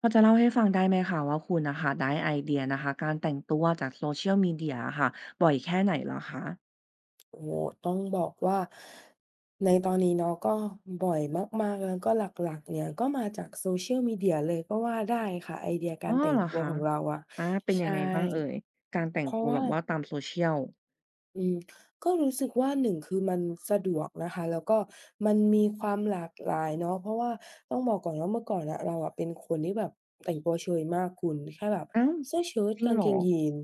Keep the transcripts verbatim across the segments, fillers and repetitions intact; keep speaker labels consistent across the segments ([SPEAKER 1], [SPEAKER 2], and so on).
[SPEAKER 1] พอจะเล่าให้ฟังได้ไหมคะว่าคุณนะคะได้ไอเดียนะคะการแต่งตัวจากโซเชียลมีเ d ียอะค่ะบ่อยแค่ไหนเหรอคะ
[SPEAKER 2] โอ้โฮต้องบอกว่าในตอนนี้เนาะก็บ่อยมากๆแล้วก็หลักๆเนี่ยก็มาจาก Social Media เลยก็ว่าได้ค่ะไอเดีย
[SPEAKER 1] อ๋
[SPEAKER 2] กา
[SPEAKER 1] อ
[SPEAKER 2] รแต่ง
[SPEAKER 1] เหรอ
[SPEAKER 2] ตัว
[SPEAKER 1] คะ
[SPEAKER 2] ของเราอะ
[SPEAKER 1] อาเป็นยัง
[SPEAKER 2] ใช่
[SPEAKER 1] ไงบ้างเอ่ยการแต่ง
[SPEAKER 2] เพราะ
[SPEAKER 1] ตัวแบ
[SPEAKER 2] ว่า
[SPEAKER 1] บว่าตามโซเชียล
[SPEAKER 2] อืมก็รู้สึกว่าหนึ่งคือมันสะดวกนะคะแล้วก็มันมีความหลากหลายเนาะเพราะว่าต้องบอกก่อนว่าเมื่อก่อนอะเราอะเป็นคนที่แบบแต่งตัวเชยมากคุณแค่แบบ
[SPEAKER 1] อ้าว
[SPEAKER 2] เสื้อเชิ้ต
[SPEAKER 1] จริง
[SPEAKER 2] กาง
[SPEAKER 1] เหร
[SPEAKER 2] เก
[SPEAKER 1] อ
[SPEAKER 2] งยีนส์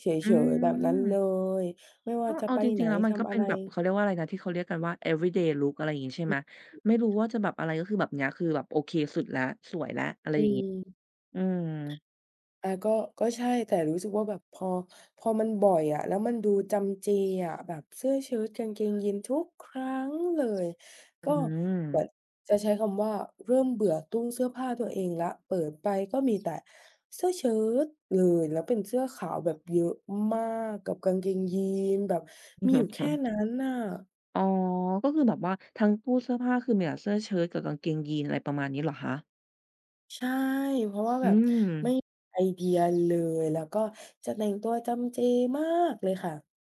[SPEAKER 2] เฉ
[SPEAKER 1] อื
[SPEAKER 2] ยๆแบบนั้นเล
[SPEAKER 1] ม
[SPEAKER 2] ยไม่ว่า
[SPEAKER 1] ก็
[SPEAKER 2] จะ
[SPEAKER 1] เอา
[SPEAKER 2] ไป
[SPEAKER 1] จริ
[SPEAKER 2] ไหน
[SPEAKER 1] งๆแล้วมันก็
[SPEAKER 2] ทำอะ
[SPEAKER 1] เป็น
[SPEAKER 2] ไร
[SPEAKER 1] แบบเขาเรียกว่าอะไรนะที่เขาเรียกกันว่า everyday look อะไรอย่างงี้ใช่ไหมไม่รู้ว่าจะแบบอะไรก็คือแบบเนี้ยคือแบบโอเคสุดแล้วสวยแล้วอะไร
[SPEAKER 2] อื
[SPEAKER 1] อย่างงี้
[SPEAKER 2] ม
[SPEAKER 1] อืม
[SPEAKER 2] อาก็ก็ใช่แต่รู้สึกว่าแบบพอพอมันบ่อยอะแล้วมันดูจำเจอะแบบเสื้อเชิ้ตกางเกงยีนส์ทุกครั้งเลย
[SPEAKER 1] อื
[SPEAKER 2] ก็
[SPEAKER 1] ม
[SPEAKER 2] เหมือนจะใช้คำว่าเริ่มเบื่อตู้เสื้อผ้าตัวเองแล้วเปิดไปก็มีแต่เสื้อเชิ้ตเลยแล้วเป็นเสื้อขาวแบบเยอะมากกับกางเกงยีนส์แบบมีอยู่แค่นั้นน่ะ
[SPEAKER 1] อ๋อก็คือแบบว่าทั้งตู้เสื้อผ้าคือมีแต่เสื้อเชิ้ตกับกางเกงยีนอะไรประมาณนี้เหรอคะ
[SPEAKER 2] ใช่เพราะว่า
[SPEAKER 1] อื
[SPEAKER 2] แบบ
[SPEAKER 1] ม
[SPEAKER 2] ไม่ไอเดียเลยแล้วก็จะแต่งตัวจำเจมากเลยค่ะ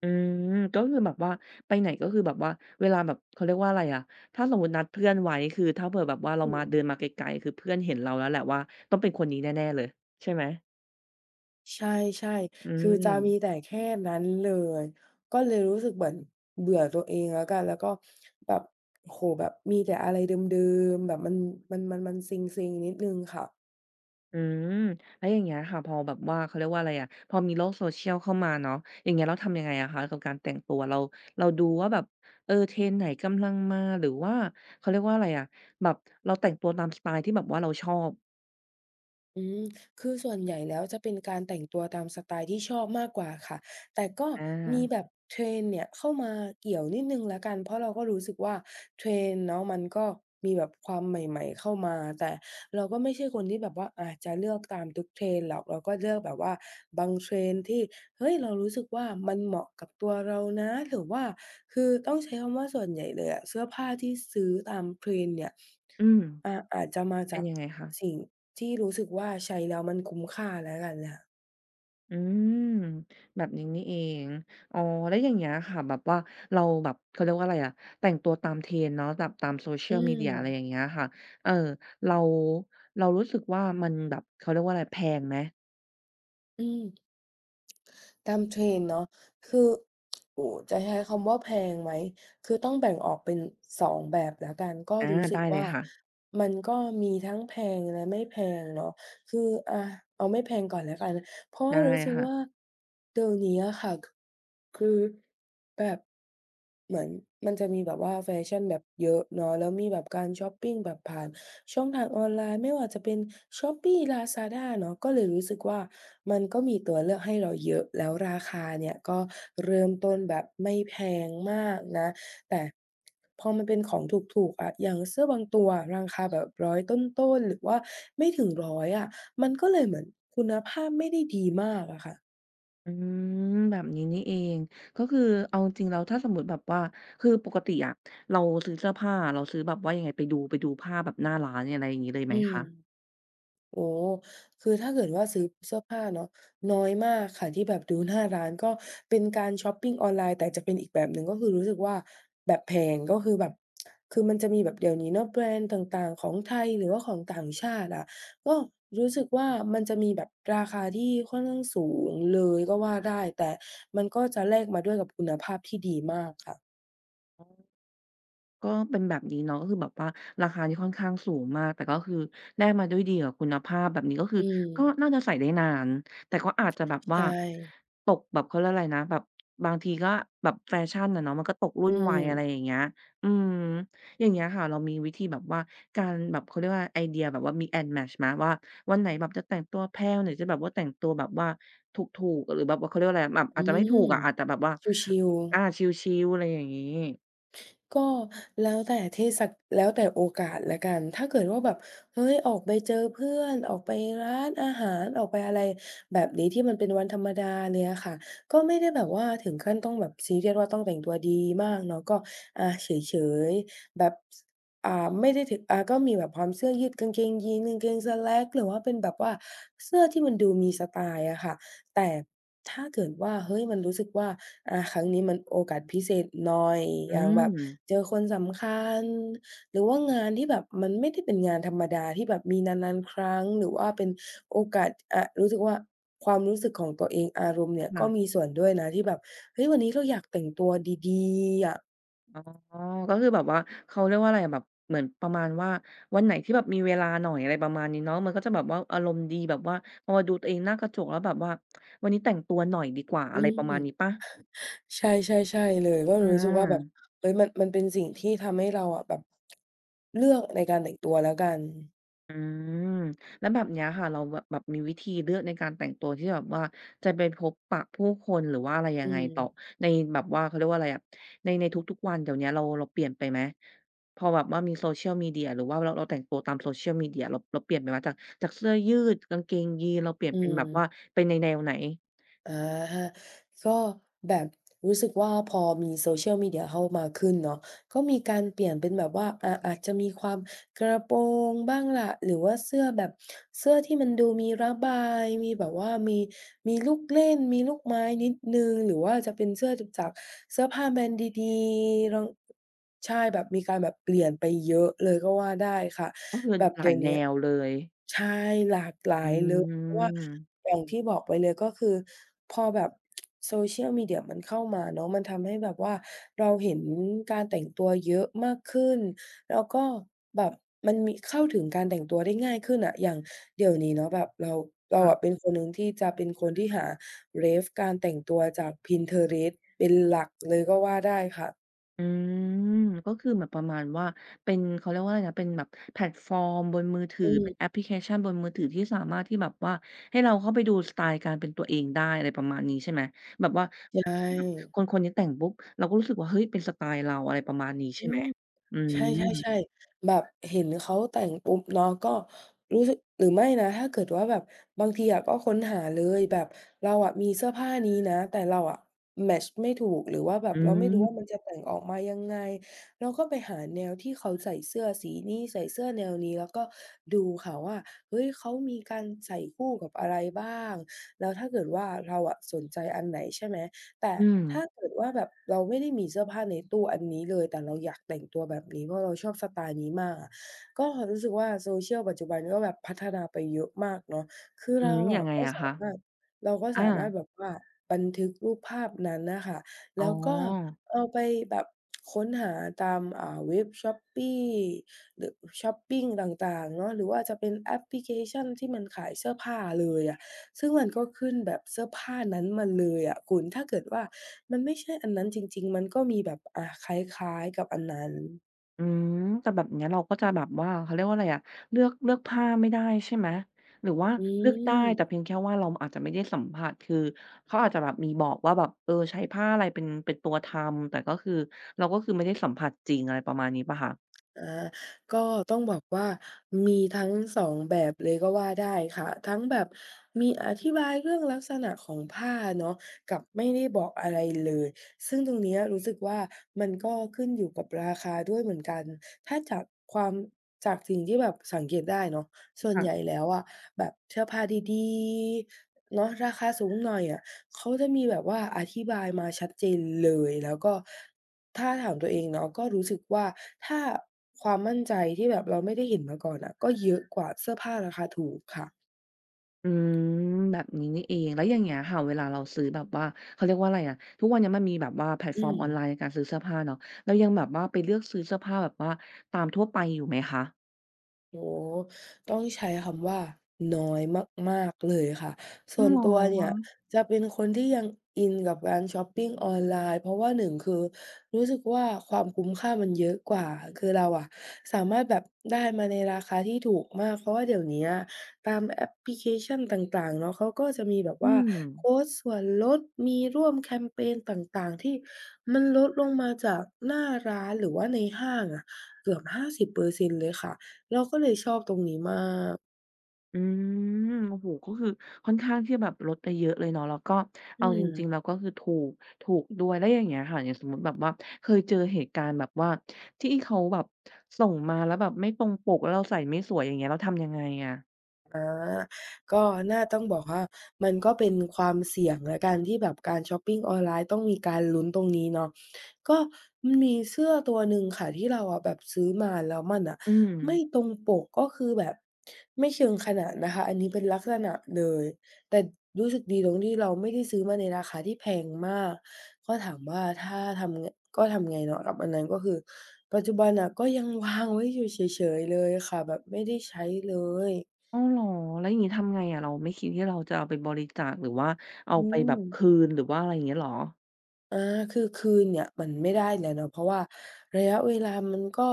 [SPEAKER 1] อืมก็คือแบบว่าไปไหนก็คือแบบว่าเวลาแบบเขาเรียกว่าอะไรอะถ้าสมมุตินัดเพื่อนไว้คือถ้าเผื่อแบบว่าเรา
[SPEAKER 2] อื
[SPEAKER 1] มาเดิน
[SPEAKER 2] ม
[SPEAKER 1] มาไกลๆคือเพื่อนเห็นเราแล้วแหละว่าต้องเป็นคนนี้แน่ๆเลยใช่ไหม
[SPEAKER 2] ใช่
[SPEAKER 1] อื
[SPEAKER 2] ๆคือจะมีแต่
[SPEAKER 1] ม
[SPEAKER 2] แค่นั้นเลย ก็เลยรู้สึกเหมือนเบื่อตัวเองแล้วกัน แล้วก็แบบโอ้โฮแบบมีแต่อะไรเดิมๆแบบมันมันมันมันเซ็งๆนิดหนึ่งค่ะ
[SPEAKER 1] อืมแล้วอย่างเงี้ยค่ะพอแบบว่าเขาเรียกว่าอะไรอะพอมีโลก social เข้ามาเนาะอย่างเงี้ยเราทำยังไงอะคะกับการแต่งตัวเราเราดูว่าแบบเออเทรนด์ไหนกำลังมาหรือว่าเขาเรียกว่าอะไรอะแบบเราแต่งตัวตามสไตล์ที่แบบว่าเราชอบ
[SPEAKER 2] อืมคือส่วนใหญ่แล้วจะเป็นการแต่งตัวตามสไตล์ที่ชอบมากกว่าค่ะ แต่ก็
[SPEAKER 1] อา
[SPEAKER 2] มีแบบ Trend เนี่ยเข้ามาเกี่ยวนิดหนึ่งแล้วกัน เพราะเราก็รู้สึกว่า t r e n เนาะมันก็มีแบบความใหม่ๆเข้ามาแต่เราก็ไม่ใช่คนที่แบบว่าอาจะเลือกตามทุก trend หรอกเราก็เลือกแบบว่าบาง trend ที่เฮ้ยเรารู้สึกว่ามันเหมาะกับตัวเรานะหรือว่าคือต้องใช้คำว่าส่วนใหญ่เลยอะเสื้อผ้าที่ซื้อตาม trend เนี่ย
[SPEAKER 1] อืม
[SPEAKER 2] อาอาจจะมา
[SPEAKER 1] เป็
[SPEAKER 2] จา
[SPEAKER 1] น
[SPEAKER 2] ก
[SPEAKER 1] ยังไงคะ
[SPEAKER 2] สิ่งที่รู้สึกว่าใช้แล้วมันคุ้มค่าแล้วกันค่ะ
[SPEAKER 1] อืมแบบนี้นี่เองอ๋อแล้วอย่างเงี้ยค่ะแบบว่าเราแบบเขาเรียกว่าอะไรอะแต่งตัวตาม trend เนาะแบบตาม
[SPEAKER 2] อื
[SPEAKER 1] social
[SPEAKER 2] ม
[SPEAKER 1] media อะไรอย่างเงี้ยค่ะเออเราเรารู้สึกว่ามันแบบเขาเรียกว่าอะไรแพงไหม
[SPEAKER 2] อืม ตามเทรนด์เนาะคือโอ้จะใช้คำว่าแพงไหม คือต้องแบ่งออกเป็นสองแบบแล้วกัน ก็
[SPEAKER 1] อา
[SPEAKER 2] รู้สึก
[SPEAKER 1] ได้เลย
[SPEAKER 2] ว่า
[SPEAKER 1] ค่ะ
[SPEAKER 2] มันก็มีทั้งแพงและไม่แพงเนาะคืออาเอาไม่แพงก่อนแล้วกัน เพราะว่า
[SPEAKER 1] ได้
[SPEAKER 2] รู้สึก
[SPEAKER 1] ค่ะ
[SPEAKER 2] ว่าเดี๋ยวนี้อะค่ะคคือแบบเหมือนมันจะมีแบบว่าแฟชั่นแบบเยอะเนาะแล้วมีแบบการชอปปิงแบบผ่านช่องทางออนไลน์ไม่ว่าจะเป็น Shopee Lazada เนาะก็เลยรู้สึกว่ามันก็มีตัวเลือกให้เราเยอะแล้วราคาเนี่ยก็เริ่มต้นแบบไม่แพงมากนะ แต่พอมันเป็นของถูกๆอะอย่างเสื้อบางตัวราคาแบบร้อยต้นๆหรือว่าไม่ถึงร้อยอะมันก็เลยเหมือนคุณภาพไม่ได้ดีมากอะค่ะ
[SPEAKER 1] อืมแบบนี้นี่เองก็คือเอาจริงๆแล้วถ้าสมมุติแบบว่าคือปกติอะเราซื้อเสื้อผ้าเราซื้อแบบว่ายังไงไปดูไปดูผ้าแบบหน้าร้านอะไรอย่างงี้เลยไหม
[SPEAKER 2] อืม
[SPEAKER 1] คะ
[SPEAKER 2] โอ้คือถ้าเกิดว่าซื้อเสื้อผ้าเนาะน้อยมากค่ะที่แบบดูหน้าร้านก็เป็นการชอปปิงออนไลน์แต่จะเป็นอีกแบบหนึ่งก็คือรู้สึกว่าแบบแพงก็คือแบบคือมันจะมีแบบเดี๋ยวนี้เนาะแบรนด์ต่างๆของไทยหรือว่าของต่างชาติอะก็รู้สึกว่ามันจะมีแบบราคาที่ค่อนข้างสูงเลยก็ว่าได้แต่มันก็จะแลกมาด้วยกับคุณภาพที่ดีมากค่ะ
[SPEAKER 1] ก็เป็นแบบนี้เนาะก็คือแบบว่าราคาที่ค่อนข้างสูงมากแต่ก็คือได้มาด้วยดีกับคุณภาพแบบนี้ก็คือ
[SPEAKER 2] อืม
[SPEAKER 1] ก็น่าจะใส่ได้นานแต่ก็อาจจะแบบว่า
[SPEAKER 2] ใช่
[SPEAKER 1] ตกแบบเขาเรียกอะไรนะแบบบางทีก็แบบแฟชั่นอะเนาะมันก็ตกรุ่
[SPEAKER 2] อื
[SPEAKER 1] นไว
[SPEAKER 2] ม
[SPEAKER 1] อะไรอย่างเงี้ยอืมอย่างเงี้ยค่ะเรามีวิธีแบบว่าการแบบเขาเรียกว่าไอเดียแบบว่า mix and match ไหมว่าวันไหนแบบจะแต่งตัวแพลวไหนจะแบบว่าแต่งตัวแบบว่าถูกๆหรือแบบว่าเขาเรียกว่าอะไรแบบ
[SPEAKER 2] อื
[SPEAKER 1] อาจจะไม่ถูก
[SPEAKER 2] ม
[SPEAKER 1] อะอาจจะแบบว่า
[SPEAKER 2] ชิลๆ
[SPEAKER 1] อาชิลๆอะไรอย่างงี้
[SPEAKER 2] ก็แล้วแต่เที่สักแล้วแต่โอกาสแล้วกันถ้าเกิดว่าแบบเฮ้ยออกไปเจอเพื่อนออกไปร้านอาหารออกไปอะไรแบบนี้ที่มันเป็นวันธรรมดาเลยอะค่ะก็ไม่ได้แบบว่าถึงขั้นต้องแบบซีเรียสว่าต้องแต่งตัวดีมากเนาะก็อาเฉยๆแบบสอ่าไม่ได้ถึงอ่าก็มีแบบพร้อมเสื้อยืดกางเกงยีนส์กางเกงสแล็กหรือว่าเป็นแบบว่าเสื้อที่มันดูมีสไตล์อะค่ะแต่ถ้าเกิดว่าเฮ้ยมันรู้สึกว่า อาครั้งนี้มันโอกาสพิเศษหน่อยอ
[SPEAKER 1] อื
[SPEAKER 2] ย่างแบบ
[SPEAKER 1] ม
[SPEAKER 2] เจอคนสำคัญหรือว่างานที่แบบมันไม่ได้เป็นงานธรรมดาที่แบบมีนานๆครั้งหรือว่าเป็นโอกาสอ่ารู้สึกว่าความรู้สึกของตัวเองอารมณ์เนี่ยก็มี
[SPEAKER 1] ค่ะ
[SPEAKER 2] ส่วนด้วยนะที่แบบเฮ้ยวันนี้เราอยากแต่งตัวดีๆอะ
[SPEAKER 1] อ๋อก็คือแบบว่าเขาเรียกว่าอะไรอะแบบเหมือนประมาณว่าวันไหนที่แบบมีเวลาหน่อยอะไรประมาณนี้เนาะมันก็จะแบบว่าอารมณ์ดีแบบว่าพอมาดูตัวเองหน้ากระจกแล้วแบบว่าวันนี้แต่งตัวหน่อยดีกว่า
[SPEAKER 2] อื
[SPEAKER 1] อะไรประมาณ
[SPEAKER 2] ม
[SPEAKER 1] นี้เปล่า
[SPEAKER 2] ใช่ๆๆเลยก็
[SPEAKER 1] อ
[SPEAKER 2] รู้สึกว่าแบ
[SPEAKER 1] า
[SPEAKER 2] บเฮ้ยมันมันเป็นสิ่งที่ทำให้เราอะแบบเลือกในการแต่งตัวแล้วกัน
[SPEAKER 1] อืมแล้วแบบเนี้ยค่ะเราแบบแบบมีวิธีเลือกในการแต่งตัวที่แบบว่าจะไปพบปะผู้คนหรือว่าอะไรยัง
[SPEAKER 2] อื
[SPEAKER 1] ไง
[SPEAKER 2] ม
[SPEAKER 1] ต่อในแบบว่าเขาเรียกว่าอะไรอะในในทุกๆวันเดี๋ยวเนี้ยเราเราเปลี่ยนไปไหมพอแบบว่ามีโซเชียลมีเดียหรือว่าเราเราแต่งตัวตามโซเชียลมีเดียเราเราเปลี่ยนไปไหมจากจากเสื้อยืดกางเกงยีนเราเปลี่ยน
[SPEAKER 2] อื
[SPEAKER 1] เป็นแบบว่า
[SPEAKER 2] ม
[SPEAKER 1] เป็นในแนวไหน
[SPEAKER 2] อาก็แบบรู้สึกว่าพอมี Social Media เข้ามาขึ้นเนาะก็มีการเปลี่ยนเป็นแบบว่าอาอาจจะมีความกระโปรงบ้างล่ะหรือว่าเสื้อแบบเสื้อที่มันดูมีระบายมีแบบว่ามีมีลูกเล่นมีลูกไม้นิดหนึ่งหรือว่าจะเป็นเสื้อจะจากเสื้อผ้าแบรนด์ดีๆรองใช่แบบมีการแบบเปลี่ยนไปเยอะเลยก็ว่าได้ค่ะ
[SPEAKER 1] ก็คือ
[SPEAKER 2] แบบ
[SPEAKER 1] หลา
[SPEAKER 2] เดี๋
[SPEAKER 1] ย
[SPEAKER 2] ยว
[SPEAKER 1] แน
[SPEAKER 2] เนี้ย
[SPEAKER 1] วเลย
[SPEAKER 2] ใช่หลากหลา
[SPEAKER 1] อื
[SPEAKER 2] ยเลยเพราะว่า
[SPEAKER 1] ม
[SPEAKER 2] อย่างที่บอกไปเลยก็คือพอแบบ social media มันเข้ามาเนาะมันทำให้แบบว่าเราเห็นการแต่งตัวเยอะมากขึ้นแล้วก็แบบมันมีเข้าถึงการแต่งตัวได้ง่ายขึ้นอะอย่างเดี๋ยวนี้เนาะแบบเราเราอะเป็นคนหนึ่งที่จะเป็นคนที่หา ref การแต่งตัวจาก Pinterest เป็นหลักเลยก็ว่าได้ค่ะ
[SPEAKER 1] อืมก็คือแบบประมาณว่าเป็นเขาเรียกว่าอะไรนะเป็นแบบแพลตฟอร์มบนมือถือ
[SPEAKER 2] อื
[SPEAKER 1] เป็
[SPEAKER 2] ม
[SPEAKER 1] นแอปพลิเคชันบนมือถือที่สามารถที่แบบว่าให้เราเข้าไปดูสไตล์การเป็นตัวเองได้อะไรประมาณนี้ใช่ไหมแบบว่าแบบ
[SPEAKER 2] ใช่
[SPEAKER 1] คนคนนี้แต่งปุ๊บเราก็รู้สึกว่าเฮ้ยเป็นสไตล์เราอะไรประมาณนี้ใช่
[SPEAKER 2] อื
[SPEAKER 1] ไหม
[SPEAKER 2] ม
[SPEAKER 1] อื
[SPEAKER 2] ใ
[SPEAKER 1] ม
[SPEAKER 2] ช่ๆๆแบบเห็นเขาแต่งปุ๊บเนาะก็รู้สึกหรือไม่นะถ้าเกิดว่าแบบบางทีอะก็ค้นหาเลยแบบเราอะมีเสื้อผ้านี้นะแต่เราอะแมตช์ไม่ถูกหรือว่าแบบ
[SPEAKER 1] อื
[SPEAKER 2] เราไม่รู้
[SPEAKER 1] ม
[SPEAKER 2] ว่ามันจะแต่งออกมายังไงเราก็ไปหาแนวที่เขาใส่เสื้อสีนี้ใส่เสื้อแนวนี้แล้วก็ดูค่ะว่าเฮ้ยเขามีการใส่คู่กับอะไรบ้างแล้วถ้าเกิดว่าเราอะสนใจอันไหนใช่ไหม แต่
[SPEAKER 1] อืม
[SPEAKER 2] ถ้าเกิดว่าแบบเราไม่ได้มีเสื้อผ้าในตู้อันนี้เลยแต่เราอยากแต่งตัวแบบนี้เพราะเราชอบสไตล์นี้มากอะก็รู้สึกว่า Social ปัจจุบันก็แบบพัฒนาไปเยอะมากเนาะคือ
[SPEAKER 1] อื
[SPEAKER 2] เรา
[SPEAKER 1] มยั
[SPEAKER 2] อะ
[SPEAKER 1] งไง
[SPEAKER 2] ก็
[SPEAKER 1] อะ
[SPEAKER 2] สา
[SPEAKER 1] คะ
[SPEAKER 2] มารถเราก็สามารถ
[SPEAKER 1] อา
[SPEAKER 2] แบบว่าบันทึกรูปภาพนั้นน่ะค่ะ
[SPEAKER 1] อ๋
[SPEAKER 2] แล้
[SPEAKER 1] อ
[SPEAKER 2] วก็เอาไปแบบค้นหาตามอ่าเว็บ Shopee หรือช็อปปิงต่างๆเนาะหรือว่าจะเป็นแอปพลิเคชันที่มันขายเสื้อผ้าเลยอะ ซึ่งมันก็ขึ้นแบบเสื้อผ้านั้นมาเลยอะคุณถ้าเกิดว่ามันไม่ใช่อันนั้นจริงๆมันก็มีแบบอาคล้ายๆกับอันนั้น
[SPEAKER 1] อืมแต่แบบเนี้ยเราก็จะแบบว่าเขาเรียกว่าอะไรอะเลือกเลือกผ้าไม่ได้ใช่ไหมหรือว่า
[SPEAKER 2] อื
[SPEAKER 1] เลือกได้
[SPEAKER 2] ม
[SPEAKER 1] แต่เพียงแค่ว่าเราอาจจะไม่ได้สัมผัสคือเขาอาจจะแบบมีบอกว่าแบบเออใช้ผ้าอะไรเป็นเป็นตัวทำแต่ก็คือเราก็คือไม่ได้สัมผัสจริงอะไรประมาณนี้เปล่าคะ
[SPEAKER 2] อาก็ต้องบอกว่ามีทั้งสองแบบเลยก็ว่าได้ค่ะทั้งแบบมีอธิบายเรื่องลักษณะของผ้าเนาะกับไม่ได้บอกอะไรเลยซึ่งตรงเนี้ยรู้สึกว่ามันก็ขึ้นอยู่กับราคาด้วยเหมือนกันถ้าจากความจากสิ่งที่แบบสังเกตได้เนาะส่วนใหญ่
[SPEAKER 1] ค่ะ
[SPEAKER 2] แล้วอะแบบเสื้อผ้าดีๆเนาะราคาสูงหน่อยอะ เขาจะมีแบบว่าอธิบายมาชัดเจนเลยแล้วก็ถ้าถามตัวเองเนาะก็รู้สึกว่าถ้าความมั่นใจที่แบบเราไม่ได้เห็นมาก่อนน่ะก็เยอะกว่าเสื้อผ้าราคาถูกค่ะ
[SPEAKER 1] อืมแบบนี้นี่เองแล้วอย่างเงี้ยค่ะเวลาเราซื้อแบบว่าเขาเรียกว่าอะไรอะทุกวันเนี้ยมันมีแบบว่าแพลตฟอ
[SPEAKER 2] อื
[SPEAKER 1] ร์มออนไลน์
[SPEAKER 2] ม
[SPEAKER 1] ในการซื้อเสื้อผ้าเนาะเรายังแบบว่าไปเลือกซื้อเสื้อผ้าแบบว่าตามทั่วไปอยู่ไหมคะ
[SPEAKER 2] โอ้โฮต้องใช้คำว่าน้อยมากๆเลยค่ะ ส่
[SPEAKER 1] อ้าว
[SPEAKER 2] วนตัว
[SPEAKER 1] เหรอ
[SPEAKER 2] เนี่ยจะเป็นคนที่ยังอินกับการชอปปิงออนไลน์เพราะว่าหนึ่งคือรู้สึกว่าความคุ้มค่ามันเยอะกว่าคือเราอะสามารถแบบได้มาในราคาที่ถูกมากเพราะว่าเดี๋ยวเนี้ยตามแอปพลิเคชันต่างๆเนาะเขาก็จะมีแบบ
[SPEAKER 1] อื
[SPEAKER 2] ว่า
[SPEAKER 1] ม
[SPEAKER 2] โคดส่วนลดมีร่วมแคมเปญต่างๆที่มันลดลงมาจากหน้าร้านหรือว่าในห้างอะเกือบห้าสิบเปอร์เซ็นต์เปอร์เซ็นต์เลยค่ะ เราก็เลยชอบตรงนี้มาก
[SPEAKER 1] อืมโอ้โฮก็คือค่อนข้างที่จะแบบลดไปเยอะเลยเนาะแล้วก็
[SPEAKER 2] อื
[SPEAKER 1] เอาจ
[SPEAKER 2] ม
[SPEAKER 1] ริงๆแล้วก็คือถูกถูกด้วยแล้วอย่างเงี้ยค่ะอย่างสมมุติแบบว่าเคยเจอเหตุการณ์แบบว่าที่เขาแบบส่งมาแล้วแบบไม่ตรงปกแล้วเราใส่ไม่สวยอย่างเงี้ยเราทำยังไงอะ
[SPEAKER 2] อาก็น่าต้องบอกว่ามันก็เป็นความเสี่ยงแล้วกันที่แบบการชอปปิงออนไลน์ต้องมีการลุ้นตรงนี้เนาะก็มันมีเสื้อตัวหนึ่งค่ะที่เราอะแบบซื้อมาแล้วมันน่ะ
[SPEAKER 1] อืม
[SPEAKER 2] ไม่ตรงปกก็คือแบบไม่เชิงขนาดนะคะอันนี้เป็นลักษณะเลยแต่รู้สึกดีตรงที่เราไม่ได้ซื้อมาในราคาที่แพงมากก็ถามว่าถ้าทำงก็ทำไงเนาะกับอันนั้นก็คือปัจจุบันน่ะก็ยังวางไว้อยู่เฉยๆเลยค่ะแบบไม่ได้ใช้เลย
[SPEAKER 1] อ้าวเหรอแล้วอย่างงี้ทำไงอะเราไม่คิดที่เราจะเอาไปบริจาคหรือว่าเอา
[SPEAKER 2] อื
[SPEAKER 1] ไปแบ
[SPEAKER 2] ม
[SPEAKER 1] บคืนหรือว่าอะไรอย่างเงี้ยเหรอ
[SPEAKER 2] อาคือคืนเนี่ยมันไม่ได้แล้วเนาะเพราะว่าระยะเวลามันก็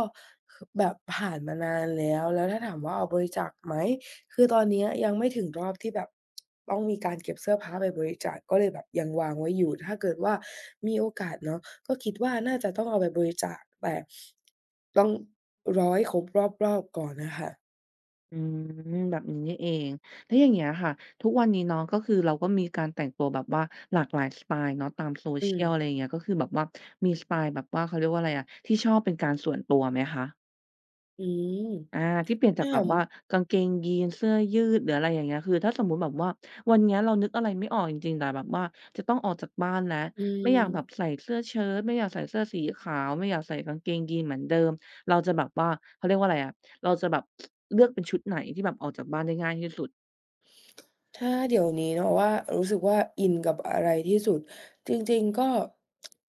[SPEAKER 2] คือแบบผ่านมานานแล้วแล้วถ้าถามว่าเอาบริจาคไหม คือตอนเนี้ยยังไม่ถึงรอบที่แบบต้องมีการเก็บเสื้อผ้าไปบริจาคก็เลยแบบยังวางไว้อยู่ถ้าเกิดว่ามีโอกาสเนาะก็คิดว่าน่าจะต้องเอาไปบริจาคแต่ต้องร้อยครบรอบๆก่อนน่ะค่ะ
[SPEAKER 1] อืมแบบนี้นี่เองแล้วอย่างเงี้ยค่ะทุกวันนี้เนาะก็คือเราก็มีการแต่งตัวแบบว่าหลากหลายสไตล์เนาะตาม
[SPEAKER 2] อืม
[SPEAKER 1] social อะไรอย่างเงี้ยก็คือแบบว่ามีสไตล์แบบว่าเขาเรียกว่าอะไรอะที่ชอบเป็นการส่วนตัวไหมคะ
[SPEAKER 2] อืม
[SPEAKER 1] อาที่เปลี่ยนจาก
[SPEAKER 2] ถ้า
[SPEAKER 1] แบ
[SPEAKER 2] ถา
[SPEAKER 1] บ
[SPEAKER 2] ม
[SPEAKER 1] ว่ากางเกงยีนส์เสื้อยืดหรืออะไรอย่างเงี้ยคือถ้าสมมุติแบบว่าวันเนี้ยเรานึกอะไรไม่ออกจริงๆแต่แบบว่าจะต้องออกจากบ้านแล้ว
[SPEAKER 2] อื
[SPEAKER 1] ไม่
[SPEAKER 2] ม
[SPEAKER 1] อยากแบบใส่เสื้อเชิ้ตไม่อยากใส่เสื้อสีขาวไม่อยากใส่กางเกงยีนส์เหมือนเดิมเราจะแบบว่าเขาเรียกว่าอะไรอะเราจะแบบเลือกเป็นชุดไหนที่แบบออกจากบ้านได้ง่ายที่สุด
[SPEAKER 2] ถ้าเดี๋ยวนี้เนาะว่ารู้สึกว่าอินกับอะไรที่สุดจริงๆก็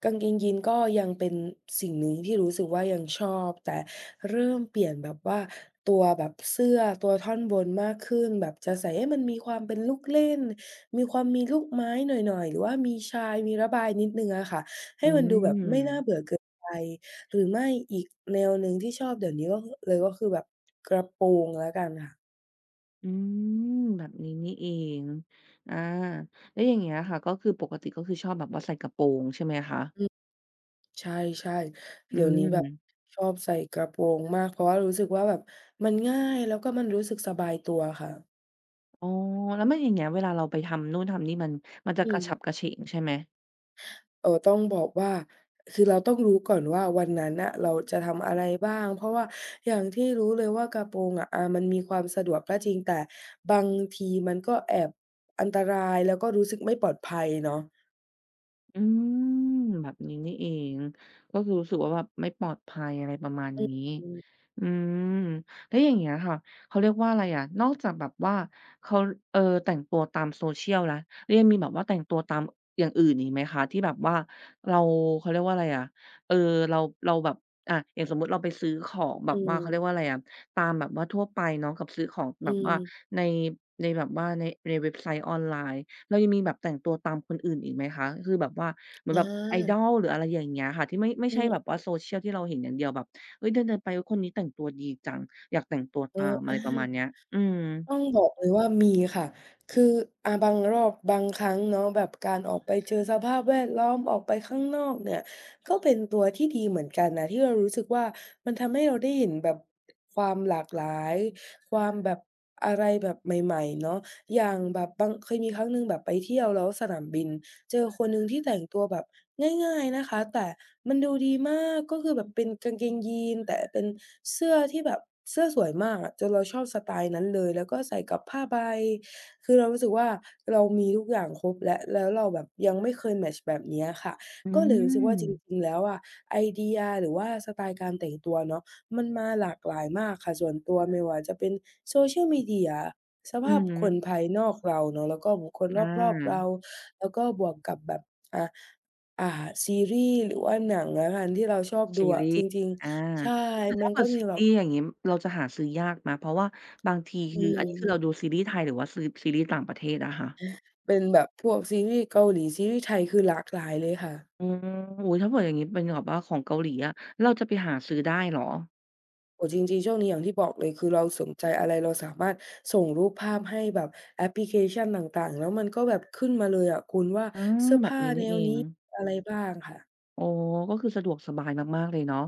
[SPEAKER 2] กางเกงยีนก็ยังเป็นสิ่งหนึ่งที่รู้สึกว่ายังชอบแต่เริ่มเปลี่ยนแบบว่าตัวแบบเสื้อตัวท่อนบนมากขึ้นแบบจะใส่ให้มันมีความเป็นลูกเล่นมีความมีลูกไม้หน่อยๆหรือว่ามีชายมีระบายนิดหนึ่งอะค่ะให้
[SPEAKER 1] อื
[SPEAKER 2] มันดูแบบไม่น่าเบื่
[SPEAKER 1] ม
[SPEAKER 2] อเกินไปหรือไม่อีกแนวหนึ่งที่ชอบเดี๋ยวนี้ก็เลยก็คือแบบกระโปรงแล้วกันค่ะ
[SPEAKER 1] อืมแบบนี้นี่เองอาแล้วอย่างเงี้ยค่ะก็คือปกติก็คือชอบแบบว่าใส่กระโปรงใช่ไหมคะ
[SPEAKER 2] ใช่ๆ
[SPEAKER 1] อื
[SPEAKER 2] เดี๋ยวนี้
[SPEAKER 1] ม
[SPEAKER 2] แบบชอบใส่กระโปรงมากเพราะว่ารู้สึกว่าแบบมันง่ายแล้วก็มันรู้สึกสบายตัวค่ะ
[SPEAKER 1] อ๋อแล้วไมันอย่างเงี้ยเวลาเราไปทำนู่นทำนี่มันมันจะก
[SPEAKER 2] อื
[SPEAKER 1] ระ
[SPEAKER 2] ม
[SPEAKER 1] ฉับกระเฉงใช่ไหม
[SPEAKER 2] เอ่อต้องบอกว่าคือเราต้องรู้ก่อนว่าวันนั้นน่ะเราจะทำอะไรบ้างเพราะว่าอย่างที่รู้เลยว่ากระโปรงอะอามันมีความสะดวกก็จริงแต่บางทีมันก็แอบอันตรายแล้วก็รู้สึกไม่ปลอดภัยเนาะ
[SPEAKER 1] อืมแบบนี้นี่เองก็คือรู้สึกว่าแบบไม่ปลอดภัยอะไรประมาณนี้
[SPEAKER 2] อืม
[SPEAKER 1] อืมแล้วอย่างเงี้ยค่ะเขาเรียกว่าอะไรอะนอกจากแบบว่าเขาเออแต่งตัวตามโซเ c ียลแล้วแล้วยังมีแบบว่าแต่งตัวตามอย่างอื่นอีกไหมคะที่แบบว่าเราเขาเรียกว่าอะไรอะเออเราเราแบบอะอย่างสมมุติเราไปซื้อของแบ
[SPEAKER 2] อื
[SPEAKER 1] บว่าเขา
[SPEAKER 2] ม
[SPEAKER 1] เรียกว่าอะไรอะตามแบบว่าทั่วไปเนาะกับซื้อของแบ
[SPEAKER 2] อื
[SPEAKER 1] บ
[SPEAKER 2] ม
[SPEAKER 1] ว่าในในแบบว่าในในเว็บไซต์ออนไลน์ เรายังมีแบบแต่งตัวตามคนอื่นอีกไหมคะ คือแบบว่าเหมือ
[SPEAKER 2] อ
[SPEAKER 1] นแบบไอดอ
[SPEAKER 2] า
[SPEAKER 1] ลหรืออะไรอย่างเงี้ยค่ะที่ไม่ไม่
[SPEAKER 2] อื
[SPEAKER 1] ใช่แบบ
[SPEAKER 2] ม
[SPEAKER 1] ว่า Social ที่เราเห็นอย่างเดียวแบบเฮ้ยเดินๆไปเฮ้ยคนนี้แต่งตัวดีจังอยากแต่งตัว
[SPEAKER 2] เออ
[SPEAKER 1] ตามอะ
[SPEAKER 2] อา
[SPEAKER 1] ไรประมาณเนี้ยอืม
[SPEAKER 2] ต้องบอกเลยว่ามีค่ะ คืออาบางรอบบางครั้งเนาะแบบการออกไปเจอสภาพแวดล้อมออกไปข้างนอกเนี่ยก็เป็นตัวที่ดีเหมือนกันนะที่เรารู้สึกว่ามันทำให้เราได้เห็นแบบความหลากหลายความแบบอะไรแบบใหม่ๆเนาะอย่างแบบบางเคยมีครั้งหนึ่งแบบไปเที่ยวแล้วสนามบิน เจอคนหนึ่งที่แต่งตัวแบบง่ายๆนะคะแต่มันดูดีมากก็คือแบบเป็นกางเกงยีนแต่เป็นเสื้อที่แบบเสื้อสวยมากอะจนเราชอบสไตล์นั้นเลยแล้วก็ใส่กับผ้าใบคือเรารู้สึกว่าเรามีทุกอย่างครบแล้วแล้วเราแบบยังไม่เคยแมตช์แบบเนี้ยค่ะ
[SPEAKER 1] อื
[SPEAKER 2] ก็เลยรู้สึกว่าจริง
[SPEAKER 1] ม
[SPEAKER 2] ๆแล้วอะไอเดียหรือว่าสไตล์การแต่งตัวเนาะมันมาหลากหลายมากค่ะส่วนตัวไม่ว่าจะเป็น โซเชียล มีเดีย ส
[SPEAKER 1] อื
[SPEAKER 2] ภา
[SPEAKER 1] อ
[SPEAKER 2] พ
[SPEAKER 1] ฮึ
[SPEAKER 2] คนภายนอกเราเนาะแล้วก็บุคคล
[SPEAKER 1] อ
[SPEAKER 2] รอบๆเรา
[SPEAKER 1] า
[SPEAKER 2] แล้วก็บวกกับแบบอ่าอ่าซีรีส์หรือว่าหนังอะค่ะที่เราชอบ
[SPEAKER 1] ซี
[SPEAKER 2] ดูอะ
[SPEAKER 1] รี
[SPEAKER 2] จ
[SPEAKER 1] ส์
[SPEAKER 2] ริง
[SPEAKER 1] อา
[SPEAKER 2] ๆใช่
[SPEAKER 1] อุ๊ยแต่
[SPEAKER 2] มั
[SPEAKER 1] ถ้า
[SPEAKER 2] น
[SPEAKER 1] เกิ
[SPEAKER 2] ก็
[SPEAKER 1] ด
[SPEAKER 2] มี
[SPEAKER 1] ซี
[SPEAKER 2] แบ
[SPEAKER 1] รี
[SPEAKER 2] บ
[SPEAKER 1] ส์อย่างงี้เราจะหาซื้อยากไหมเพราะว่าบางที
[SPEAKER 2] อื
[SPEAKER 1] คืออันนี้คือเรา
[SPEAKER 2] ม
[SPEAKER 1] ดูซีรีส์ไทยหรือว่าซื้อซีรีส์ต่างประเทศอะค่ะ
[SPEAKER 2] เป็นแบบพวกซีรีส์เกาหลีซีรีส์ไทยคือหลากหลายเลยค่ะ
[SPEAKER 1] อืมอุ๊ยถ้าเผื่ออย่างงี้เป็นแบบว่าของเกาหลีอะเราจะไปหาซื้อได้เหรอ
[SPEAKER 2] โอ้จริงๆช่วงนี้อย่างที่บอกเลยคือเราสนใจอะไรเราสามารถส่งรูปภาพให้แบบแอปพลิเคชันต่างๆแล้วมันก็แบบขึ้นมาเลยอะคุณว่า
[SPEAKER 1] อา
[SPEAKER 2] เสื้อ
[SPEAKER 1] แบบ
[SPEAKER 2] ผ้า
[SPEAKER 1] นี้
[SPEAKER 2] แน
[SPEAKER 1] นี่เอ
[SPEAKER 2] ว
[SPEAKER 1] ง
[SPEAKER 2] นี้อะไรบ้างค่ะ
[SPEAKER 1] อ๋อก็คือสะดวกสบายมากๆเลยเนาะ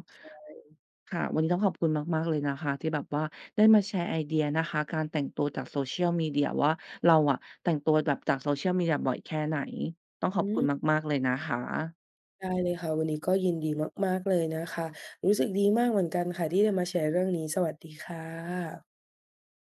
[SPEAKER 1] ค่ะวันนี้ต้องขอบคุณมากๆเลยนะคะที่แบบว่าได้มาแชร์ไอเดียนะคะการแต่งตัวจาก Social Media ว่าเราอะแต่งตัวแบบจาก Social Media บ่อยแค่ไหนต้องข
[SPEAKER 2] อื
[SPEAKER 1] อบคุณ
[SPEAKER 2] ม
[SPEAKER 1] มากๆเลยนะคะ
[SPEAKER 2] ได้เลยค่ะวันนี้ก็ยินดีมากๆเลยนะคะรู้สึกดีมากเหมือนกันค่ะที่ได้มาแชร์เรื่องนี้สวัสดีค่ะ